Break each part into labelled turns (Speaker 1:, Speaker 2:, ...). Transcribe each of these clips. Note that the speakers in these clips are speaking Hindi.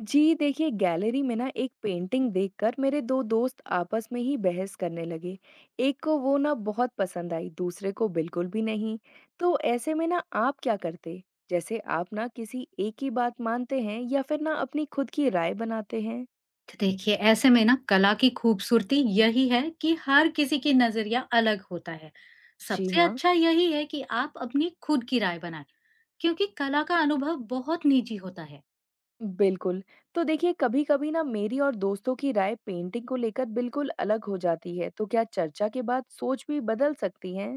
Speaker 1: जी देखिए गैलरी में ना एक पेंटिंग देखकर मेरे दो दोस्त आपस में ही बहस करने लगे। एक को वो ना बहुत पसंद आई दूसरे को बिल्कुल भी नहीं। तो ऐसे में ना आप क्या करते? जैसे आप ना किसी एक ही बात मानते हैं या फिर ना अपनी खुद की राय बनाते हैं।
Speaker 2: तो देखिए ऐसे में ना कला की खूबसूरती यही है कि हर किसी की नजरिया अलग होता है।
Speaker 1: जी
Speaker 2: सबसे
Speaker 1: हाँ।
Speaker 2: अच्छा यही है कि आप अपनी खुद की राय बनाएं क्योंकि कला का अनुभव बहुत निजी होता है।
Speaker 1: बिल्कुल। तो देखिए कभी कभी ना मेरी और दोस्तों की राय पेंटिंग को लेकर बिल्कुल अलग हो जाती है, तो क्या चर्चा के बाद सोच भी बदल सकती है?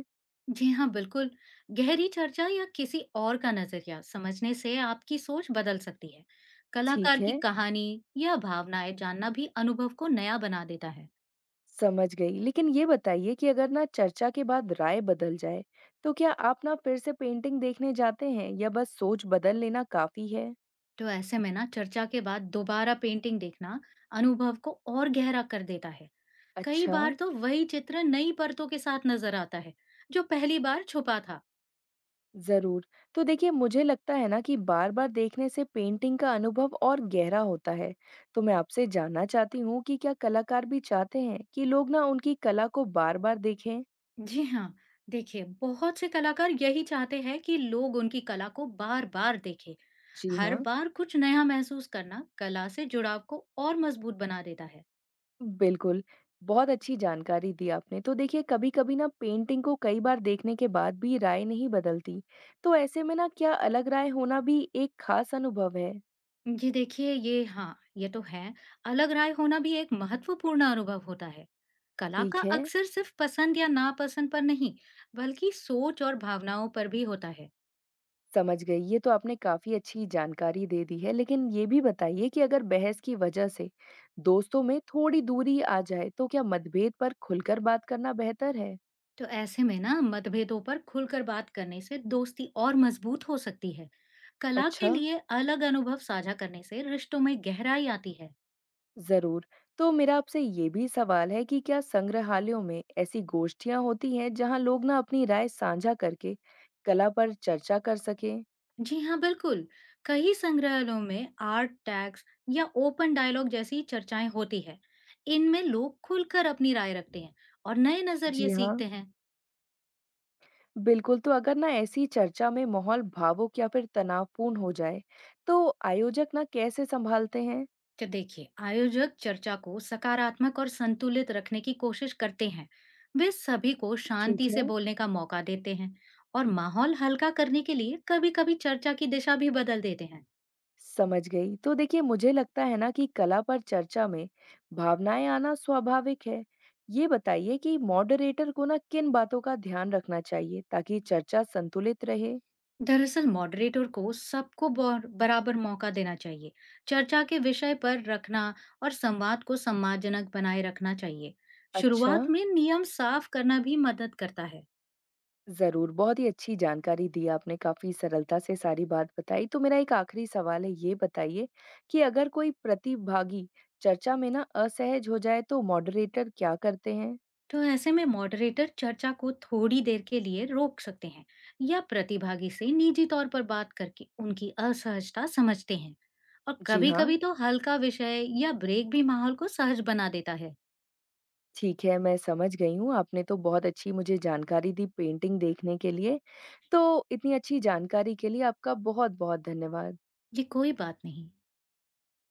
Speaker 2: जी हाँ, बिल्कुल। गहरी चर्चा या किसी और का नजरिया समझने से आपकी सोच बदल सकती है।
Speaker 1: ठीक
Speaker 2: कलाकार की
Speaker 1: है।
Speaker 2: कहानी या भावनाएं जानना भी अनुभव को नया बना देता है।
Speaker 1: समझ गई। लेकिन ये बताइए कि अगर ना चर्चा के बाद राय बदल जाए, तो क्या आप ना फिर से पेंटिंग देखने जाते हैं या बस सोच बदल लेना काफ़ी है?
Speaker 2: तो ऐसे में ना चर्चा के बाद दोबारा पेंटिंग देखना अनुभव को और गहरा कर देता है। कई
Speaker 1: अच्छा।
Speaker 2: बार तो वही चित्र नई परतों के साथ नजर आता है जो पहली बार छुपा था।
Speaker 1: ज़रूर। तो देखिए मुझे लगता है ना कि बार-बार देखने से पेंटिंग का अनुभव और गहरा होता है। तो मैं आपसे जानना चाहती हूँ कि क्या कलाकार भी चाहते हैं कि लोग ना उनकी कला को बार-बार देखें?
Speaker 2: जी हाँ, देखिए बहुत से कलाकार यही चाहते हैं कि लोग उनकी कला को बार बार देखें।
Speaker 1: जी
Speaker 2: हर
Speaker 1: हाँ।
Speaker 2: बार कुछ नया महसूस करना कला से जुड़ाव को और मजबूत बना देता है।
Speaker 1: बिल्कुल, बहुत अच्छी जानकारी दी आपने। तो देखिए कभी-कभी ना पेंटिंग को कई बार देखने के बाद भी राय नहीं बदलती, तो ऐसे में ना क्या अलग राय होना भी एक खास अनुभव है?
Speaker 2: जी देखिए ये हाँ ये तो है। अलग राय होना भी एक महत्वपूर्ण अनुभव होता है। कला का
Speaker 1: ठीक है।
Speaker 2: अक्सर सिर्फ पसंद या नापसंद पर नहीं बल्कि सोच और भावनाओं पर भी होता है।
Speaker 1: समझ गई। ये तो आपने काफ़ी अच्छी जानकारी दे दी है, लेकिन ये भी बताइए कि अगर बहस की वजह से दोस्तों में थोड़ी दूरी आ जाए, तो क्या मतभेद पर खुलकर बात करना बेहतर है?
Speaker 2: तो ऐसे में ना मतभेदों पर खुलकर बात करने से दोस्ती और मजबूत हो सकती है। कला के
Speaker 1: अच्छा।
Speaker 2: लिए अलग अनुभव साझा करने से रिश्तों में गहराई आती है।
Speaker 1: ज़रूर। तो मेरा आपसे ये भी सवाल है कि क्या संग्रहालयों में ऐसी गोष्ठियाँ होती हैं जहाँ लोग ना अपनी राय साझा करके कला पर चर्चा कर सकें?
Speaker 2: जी हाँ, बिल्कुल। कई संग्रहालयों में आर्ट टैग्स या ओपन डायलॉग जैसी चर्चाएं होती है। इनमें लोग खुलकर अपनी राय रखते हैं और नए
Speaker 1: जी
Speaker 2: नजरिए
Speaker 1: हाँ,
Speaker 2: सीखते हैं।
Speaker 1: बिल्कुल। तो अगर ना ऐसी चर्चा में माहौल भावुक या फिर तनावपूर्ण हो जाए, तो आयोजक ना कैसे सँभालते हैं?
Speaker 2: तो देखिए आयोजक चर्चा को सकारात्मक और संतुलित रखने की कोशिश करते हैं। वे सभी को
Speaker 1: ठीक
Speaker 2: शांति से
Speaker 1: है।
Speaker 2: बोलने का मौका देते हैं और माहौल हल्का करने के लिए कभी कभी चर्चा की दिशा भी बदल देते हैं।
Speaker 1: समझ गई। तो देखिए मुझे लगता है ना कि कला पर चर्चा में भावनाएं आना स्वाभाविक है। ये बताइए कि मॉडरेटर को ना किन बातों का ध्यान रखना चाहिए ताकि चर्चा संतुलित रहे?
Speaker 2: दरअसल मॉडरेटर को सबको बराबर मौका देना चाहिए। चर्चा के विषय पर रखना और संवाद को सम्मानजनक बनाए रखना चाहिए।
Speaker 1: अच्छा,
Speaker 2: शुरुआत में नियम साफ करना भी मदद करता है।
Speaker 1: ज़रूर। बहुत ही अच्छी जानकारी दी आपने, काफ़ी सरलता से सारी बात बताई। तो मेरा एक आखिरी सवाल है, ये बताइए कि अगर कोई प्रतिभागी चर्चा में ना असहज हो जाए तो मॉडरेटर क्या करते हैं?
Speaker 2: तो ऐसे में मॉडरेटर चर्चा को थोड़ी देर के लिए रोक सकते हैं या प्रतिभागी से निजी तौर पर बात करके उनकी असहजता समझते हैं। और
Speaker 1: जी हाँ।
Speaker 2: कभी-कभी तो हल्का विषय या ब्रेक भी माहौल को सहज बना देता है।
Speaker 1: ठीक है, मैं समझ गई हूँ। आपने तो बहुत अच्छी मुझे जानकारी दी पेंटिंग देखने के लिए। तो इतनी अच्छी जानकारी के लिए आपका बहुत-बहुत धन्यवाद।
Speaker 2: ये कोई बात नहीं।